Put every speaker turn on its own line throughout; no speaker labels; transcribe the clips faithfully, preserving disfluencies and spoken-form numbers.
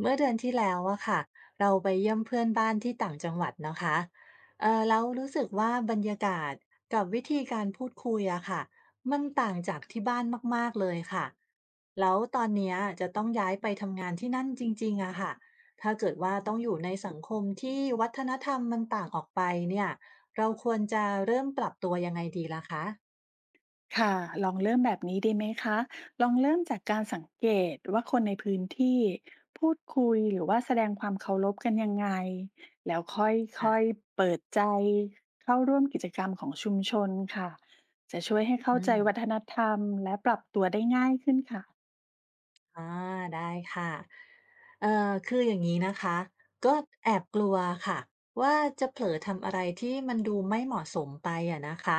เมื่อเดือนที่แล้วอะค่ะเราไปเยี่ยมเพื่อนบ้านที่ต่างจังหวัดนะคะเออแล้วรู้สึกว่าบรรยากาศกับวิธีการพูดคุยอะค่ะมันต่างจากที่บ้านมากๆเลยค่ะแล้วตอนเนี้ยจะต้องย้ายไปทำงานที่นั่นจริงๆอะค่ะถ้าเกิดว่าต้องอยู่ในสังคมที่วัฒนธรรมมันต่างออกไปเนี่ยเราควรจะเริ่มปรับตัวยังไงดีล่ะคะ
ค่ะ ลองเริ่มแบบนี้ดีไหมคะ ลองเริ่มจากการสังเกตว่าคนในพื้นที่พูดคุยหรือว่าแสดงความเคารพกันยังไง แล้ว
อ่ะ
ค่อยๆเปิดใจเข้าร่วมกิจกรรมของชุมชนค่ะ จะช่วยให้เข้า
อื
ใจ
ม
วัฒนธรรมและปรับตัวได้ง่ายขึ้นค่ะ
อาได้ค่ะเอ่อคืออย่างนี้นะคะก็แอบกลัวค่ะว่าจะเผลอทำอะไรที่มันดูไม่เหมาะสมไปอะนะคะ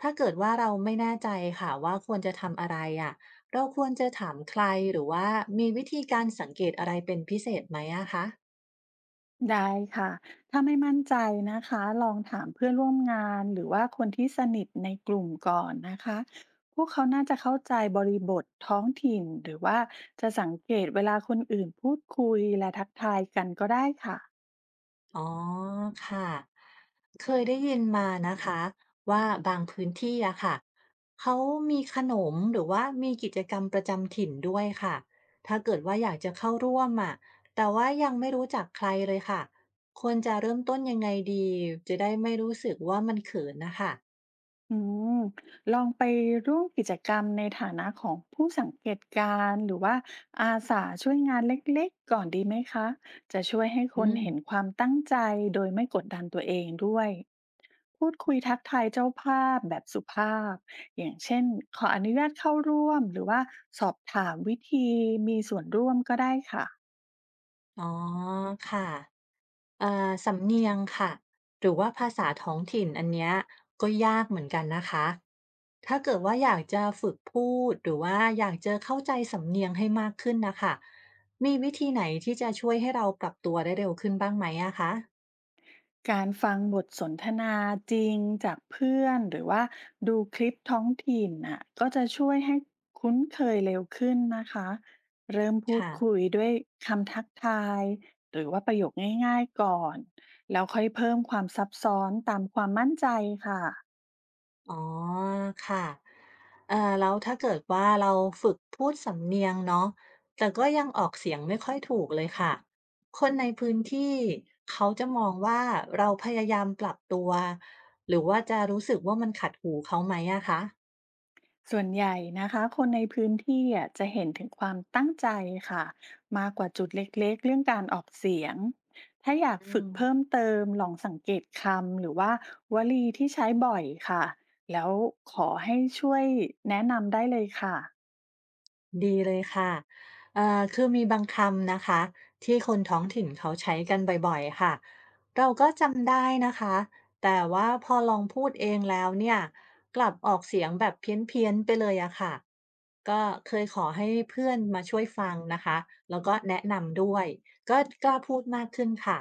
ถ้าเกิดว่าเราไม่แน่ใจค่ะว่าควรจะทำอะไรอะเราควรจะถามใครหรือว่ามีวิธีการสังเกตอะไรเป็นพิเศษไหมอะคะ
ได้ค่ะ ถ้าไม่มั่นใจนะคะ ลองถามเพื่อนร่วมงานหรือว่าคนที่สนิทในกลุ่มก่อนนะคะ พวกเขาน่าจะเข้าใจบริบทท้องถิ่นหรือว่าจะสังเกตเวลาคนอื่นพูดคุยและทักทายกันก็ได้ค่ะ
อ๋อค่ะเคยได้ยินมานะคะว่าบางพื้นที่อะค่ะเขามีขนมหรือว่ามีกิจกรรมประจำถิ่นด้วยค่ะถ้าเกิดว่าอยากจะเข้าร่วมอะแต่ว่ายังไม่รู้จักใครเลยค่ะควรจะเริ่มต้นยังไงดีจะได้ไม่รู้สึกว่ามันเขินนะคะ
อืมลองไปร่วมกิจกรรมในฐานะของผู้สังเกตการณ์หรือว่าอาสาช่วยงานเล็กๆก่อนดีไหมคะ จะช่วยให้ค
อื
น
ม
เห็นความตั้งใจโดยไม่กดดันตัวเองด้วยพูดคุยทักทายเจ้าภาพแบบสุภาพอย่างเช่นขออนุญาตเข้าร่วมหรือว่าสอบถามวิธีมีส่วนร่วมก็ได้ค่ะ
อ๋อค่ะ อ่าสำเนียงค่ะหรือว่าภาษาท้องถิ่นอันเนี้ยก็ยากเหมือนกันนะคะถ้าเกิดว่าอยากจะฝึกพูดหรือว่าอยากจะเข้าใจสำเนียงให้มากขึ้นนะคะมีวิธีไหนที่จะช่วยให้เราปรับตัวได้เร็วขึ้นบ้างไหมอะคะ
การฟังบทสนทนาจริงจากเพื่อนหรือว่าดูคลิปท้องถิ่นน่ะก็จะช่วยให้คุ้นเคยเร็วขึ้นนะคะเริ่มพูด
ค่ะ
คุยด้วยคำทักทายหรือว่าประโยคง่ายๆก่อนแล้วค่อยเพิ่มความซับซ้อนตามความมั่นใจค่ะ
อ๋อค่ะ เอ่อแล้วถ้าเกิดว่าเราฝึกพูดสำเนียงเนาะแต่ก็ยังออกเสียงไม่ค่อยถูกเลยค่ะคนในพื้นที่เขาจะมองว่าเราพยายามปรับตัวหรือว่าจะรู้สึกว่ามันขัดหูเขาไหมอะคะ
ส่วนใหญ่นะคะคนในพื้นที่อ่ะจะเห็นถึงความตั้งใจค่ะมากกว่าจุดเล็กๆเรื่องการออกเสียงถ้าอยาก
อื
ฝึ
ม
กเพิ่มเติมลองสังเกตคำหรือว่าวลีที่ใช้บ่อยค่ะแล้วขอให้ช่วยแนะนำได้เลยค่ะ
ดีเลยค่ะเอ่อคือมีบางคำนะคะที่คนท้องถิ่นเขาใช้กันบ่อยๆค่ะเราก็จำได้นะคะแต่ว่าพอลองพูดเองแล้วเนี่ยกลับออกเสียงแบบเพี้ยนๆไปเลยอะค่ะก็เคยขอให้เพื่อนมาช่วยฟังนะคะแล้วก็แนะนำด้วยก็กล้าพูดมากขึ้นค่ะ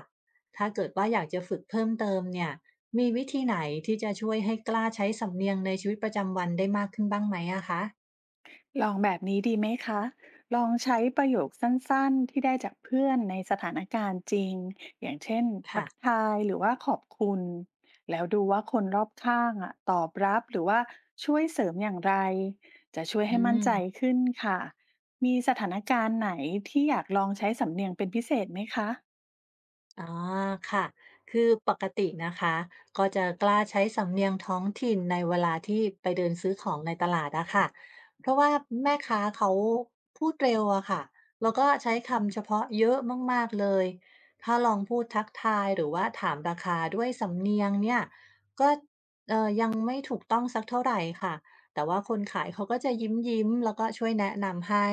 ถ้าเกิดว่าอยากจะฝึกเพิ่มเติมเนี่ยมีวิธีไหนที่จะช่วยให้กล้าใช้สำเนียงในชีวิตประจำวันได้มากขึ้นบ้างไหมอะคะ
ลองแบบนี้ดีไหมคะ ลองใช้ประโยคสั้นๆ ที่ได้จากเพื่อนในสถานการณ์จริง อย่างเช่นทั
ค่ะ
กทายหรือว่าขอบคุณ แล้วดูว่าคนรอบข้างอะตอบรับหรือว่าช่วยเสริมอย่างไร จะช่วย
อื
ให้มั่น
ม
ใจขึ้นค่ะ มีสถานการณ์ไหนที่อยากลองใช้สำเนียงเป็นพิเศษไหมคะ
อ๋อค่ะคือปกตินะคะก็จะกล้าใช้สำเนียงท้องถิ่นในเวลาที่ไปเดินซื้อของในตลาดอะค่ะเพราะว่าแม่ค้าเขาพูดเร็วอะค่ะแล้วก็ใช้คำเฉพาะเยอะมากๆเลยถ้าลองพูดทักทายหรือว่าถามราคาด้วยสำเนียงเนี่ยก็เอ่อยังไม่ถูกต้องสักเท่าไหรค่ะแต่ว่าคนขายเขาก็จะยิ้มๆแล้วก็ช่วยแนะนำให้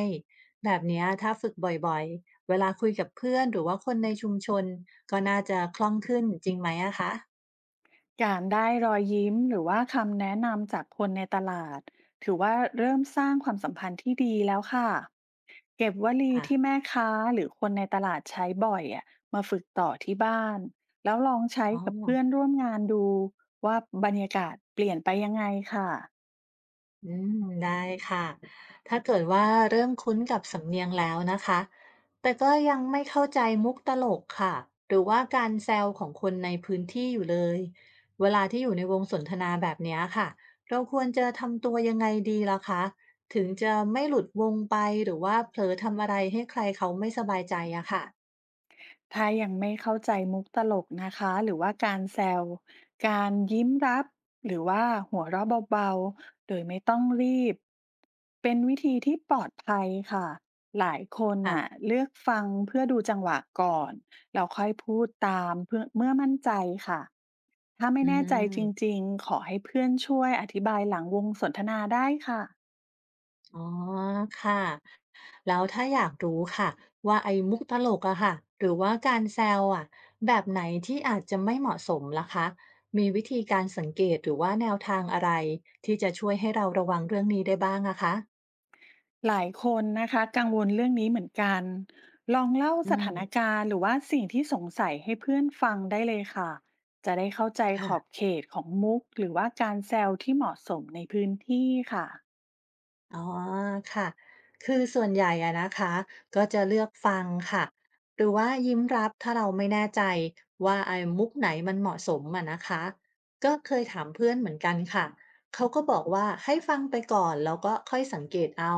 แบบเนี้ยถ้าฝึกบ่อยๆ เวลาคุยกับเพื่อนหรือว่าคนในชุมชนก็น่าจะคล่องขึ้นจริงไหมอะคะ
การได้รอยยิ้มหรือว่าคำแนะนำจากคนในตลาดถือว่าเริ่มสร้างความสัมพันธ์ที่ดีแล้วค่ะเก็บวลีที่
ค่ะ
แม่ค้าหรือคนในตลาดใช้บ่อยอ่ะมาฝึกต่อที่บ้านแล้วลองใช้
อ๋
กับเพื่
อ
อนร่วมงานดูว่าบรรยากาศเปลี่ยนไปยังไงค่ะ
อืมได้ค่ะ ถ้าเกิดว่าเริ่มคุ้นกับสำเนียงแล้วนะคะ แต่ก็ยังไม่เข้าใจมุกตลกค่ะหรือว่าการแซวของคนในพื้นที่อยู่เลยเวลาที่อยู่ในวงสนทนาแบบเนี้ยค่ะเราควรจะทำตัวยังไงดีล่ะคะ ถึงจะไม่หลุดวงไปหรือว่าเผลอทำอะไรให้ใครเขาไม่สบายใจอะค่ะ
ถ้ายังไม่เข้าใจมุกตลกนะคะหรือว่าการแซวการยิ้มรับหรือว่าหัวเราะเบาๆโดยไม่ต้องรีบเป็นวิธีที่ปลอดภัยค่ะหลายคนน่ะ
ค่ะ
เลือกฟังเพื่อดูจังหวะก่อนแล้วค่อยพูดตามเพื่อเมื่อมั่นใจค่ะถ้าไม่
อื
แน่ใจจ
ม
ริงๆขอให้เพื่อนช่วยอธิบายหลังวงสนทนาได้ค่ะ
อ๋อค่ะแล้วถ้าอยากรู้ค่ะว่าไอ้มุกตลกอะค่ะหรือว่าการแซวอะแบบไหนที่อาจจะไม่เหมาะสมล่ะคะมีวิธีการสังเกตหรือว่าแนวทางอะไรที่จะช่วยให้เราระวังเรื่องนี้ได้บ้างอะคะ
หลายคนนะคะกังวลเรื่องนี้เหมือนกัน ลองเล่า
อื
ส
ม
ถานการณ์หรือว่าสิ่งที่สงสัยให้เพื่อนฟังได้เลยค่ะ จะได้เข้าใจขอบ
ค่ะ
เขตของมุกหรือว่าการแซวที่เหมาะสมในพื้นที่ค่ะ
อ๋อค่ะ คือส่วนใหญ่อะนะคะก็จะเลือกฟังค่ะ หรือว่ายิ้มรับถ้าเราไม่แน่ใจว่าไอ้มุกไหนมันเหมาะสมอะนะคะ ก็เคยถามเพื่อนเหมือนกันค่ะ เขาก็บอกว่าให้ฟังไปก่อนแล้วก็ค่อยสังเกตเอา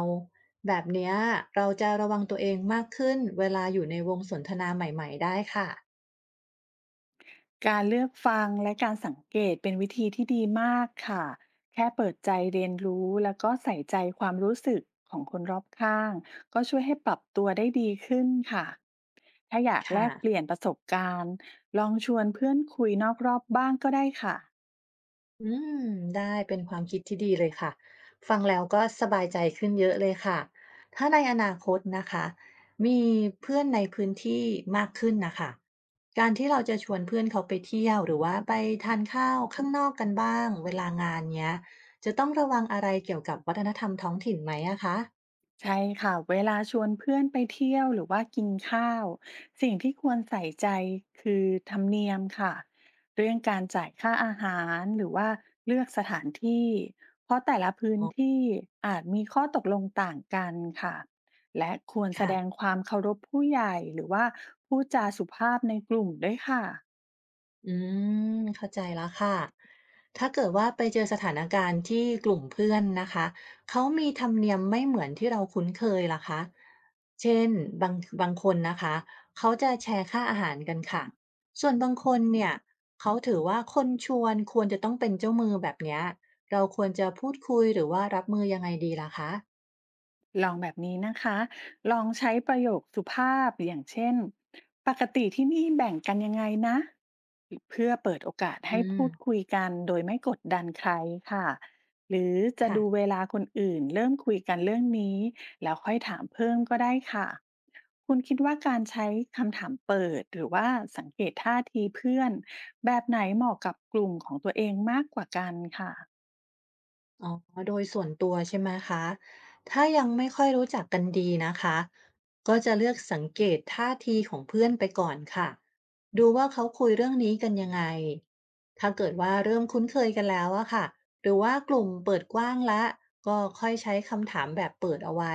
แบบเนี้ยเราจะระวังตัวเองมากขึ้นเวลาอยู่ในวงสนทนาใหม่ๆได้ค่ะ
การเลือกฟังและการสังเกตเป็นวิธีที่ดีมากค่ะแค่เปิดใจเรียนรู้แล้วก็ใส่ใจความรู้สึกของคนรอบข้างก็ช่วยให้ปรับตัวได้ดีขึ้นค่ะถ้าอยากแล
ค่ะ
กเปลี่ยนประสบการณ์ลองชวนเพื่อนคุยนอกรอบบ้างก็ได้ค่ะ
อืมได้เป็นความคิดที่ดีเลยค่ะฟังแล้วก็สบายใจขึ้นเยอะเลยค่ะถ้าในอนาคตนะคะมีเพื่อนในพื้นที่มากขึ้นนะคะการที่เราจะชวนเพื่อนเขาไปเที่ยวหรือว่าไปทานข้าวข้างนอกกันบ้างเวลางานเนี้ยจะต้องระวังอะไรเกี่ยวกับวัฒนธรรมท้องถิ่นไหมอะคะ
ใช่ค่ะเวลาชวนเพื่อนไปเที่ยวหรือว่ากินข้าวสิ่งที่ควรใส่ใจคือธรรมเนียมค่ะเรื่องการจ่ายค่าอาหารหรือว่าเลือกสถานที่เพราะแต่ละพื้นที่อาจมีข้อตกลงต่างกันค่ะและควรแส
ค่ะ
ดงความเคารพผู้ใหญ่หรือว่าพูดจาสุภาพในกลุ่มด้วยค่ะ
อืมเข้าใจแล้วค่ะถ้าเกิดว่าไปเจอสถานการณ์ที่กลุ่มเพื่อนนะคะเขามีธรรมเนียมไม่เหมือนที่เราคุ้นเคยล่ะคะเช่นบางบางคนนะคะเขาจะแชร์ค่าอาหารกันค่ะส่วนบางคนเนี่ยเขาถือว่าคนชวนควรจะต้องเป็นเจ้ามือแบบเนี้ยเราควรจะพูดคุยหรือว่ารับมือยังไงดีล่ะคะ
ลองแบบนี้นะคะ ลองใช้ประโยคสุภาพอย่างเช่น ปกติที่นี่แบ่งกันยังไงนะ เพื่อเปิดโอกาส
อื
ให้
ม
พูดคุยกันโดยไม่กดดันใครค่ะ หรือจะ
ค่ะ
ดูเวลาคนอื่นเริ่มคุยกันเรื่องนี้แล้วค่อยถามเพิ่มก็ได้ค่ะ คุณคิดว่าการใช้คำถามเปิดหรือว่าสังเกตท่าทีเพื่อนแบบไหนเหมาะกับกลุ่มของตัวเองมากกว่ากันค่ะ
อ๋อโดยส่วนตัวใช่ไหมคะถ้ายังไม่ค่อยรู้จักกันดีนะคะก็จะเลือกสังเกตท่าทีของเพื่อนไปก่อนค่ะดูว่าเขาคุยเรื่องนี้กันยังไงถ้าเกิดว่าเริ่มคุ้นเคยกันแล้วอะค่ะหรือว่ากลุ่มเปิดกว้างละก็ค่อยใช้คำถามแบบเปิดเอาไว้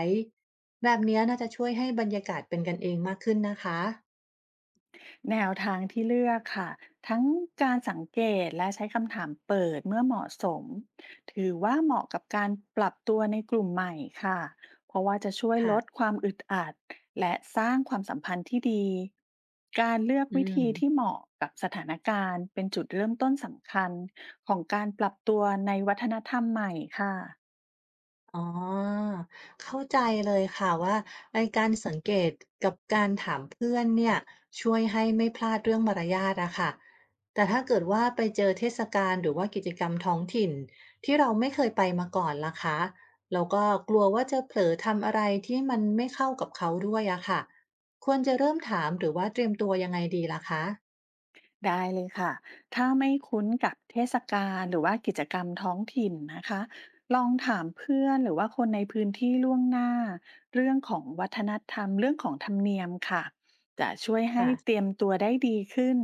แบบเนี้ยน่าจะช่วยให้บรรยากาศเป็นกันเองมากขึ้นนะคะ
แนวทางที่เลือกค่ะทั้งการสังเกตและใช้คำถามเปิดเมื่อเหมาะสมถือว่าเหมาะกับการปรับตัวในกลุ่มใหม่ค่ะเพราะว่าจะช่วยล
ค่ะ
ดความอึดอัดและสร้างความสัมพันธ์ที่ดีการเลือก
อื
วิ
ม
ธีที่เหมาะกับสถานการณ์เป็นจุดเริ่มต้นสำคัญของการปรับตัวในวัฒนธรรมใหม่ค่ะ
อ๋อเข้าใจเลยค่ะว่าไอ้การสังเกตกับการถามเพื่อนเนี่ยช่วยให้ไม่พลาดเรื่องมารยาทอะค่ะแต่ถ้าเกิดว่าไปเจอเทศกาลหรือว่ากิจกรรมท้องถิ่นที่เราไม่เคยไปมาก่อนล่ะคะแล้วก็กลัวว่าจะเผลอทำอะไรที่มันไม่เข้ากับเขาด้วยอะค่ะควรจะเริ่มถามหรือว่าเตรียมตัวยังไงดีล่ะคะ
ได้เลยค่ะถ้าไม่คุ้นกับเทศกาลหรือว่ากิจกรรมท้องถิ่นนะคะลองถามเพื่อนหรือว่าคนในพื้นที่ล่วงหน้าเรื่องของวัฒนธรรมเรื่องของธรรมเนียมค่ะจะช่วยให้
ค่ะ
เตรียมตัวได้ดีขึ้น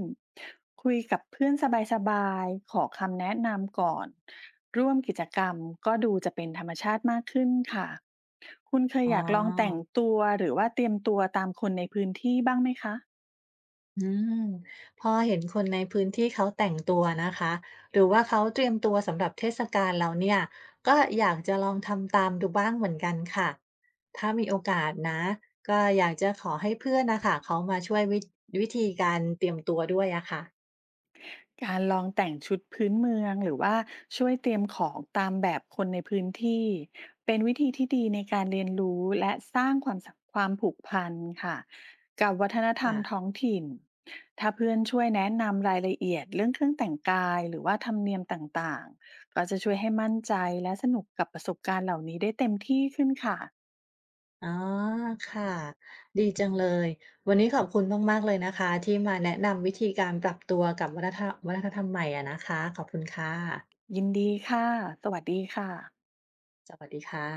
คุยกับเพื่อนสบายๆขอคำแนะนำก่อน ร่วมกิจกรรมก็ดูจะเป็นธรรมชาติมากขึ้นค่ะคุณเคย
อ๋อ
อยากลองแต่งตัวหรือว่าเตรียมตัวตามคนในพื้นที่บ้างไหมคะ
อืมพอเห็นคนในพื้นที่เขาแต่งตัวนะคะหรือว่าเขาเตรียมตัวสำหรับเทศกาลแล้วเนี่ยก็อยากจะลองทำตามดูบ้างเหมือนกันค่ะถ้ามีโอกาสนะก็อยากจะขอให้เพื่อนนะคะเขามาช่วยวิวิธีการเตรียมตัวด้วยอะค่ะ
การลองแต่งชุดพื้นเมืองหรือว่าช่วยเตรียมของตามแบบคนในพื้นที่เป็นวิธีที่ดีในการเรียนรู้และสร้างความสัมความผูกพันค่ะกับวัฒนธรรมท้
ค่ะ
องถิ่นถ้าเพื่อนช่วยแนะนำรายละเอียดเรื่องเครื่องแต่งกายหรือว่าธรรมเนียมต่างๆก็จะช่วยให้มั่นใจและสนุกกับประสบการณ์เหล่านี้ได้เต็มที่ขึ้นค่ะ
อ๋อค่ะดีจังเลยวันนี้ขอบคุณมากๆเลยนะคะที่มาแนะนำวิธีการปรับตัวกับวัฒนธรรมวัฒนธรรมใหม่อะนะคะขอบคุณค่ะ
ยินดีค่ะสวัสดีค่ะ
สวัสดีค่ะ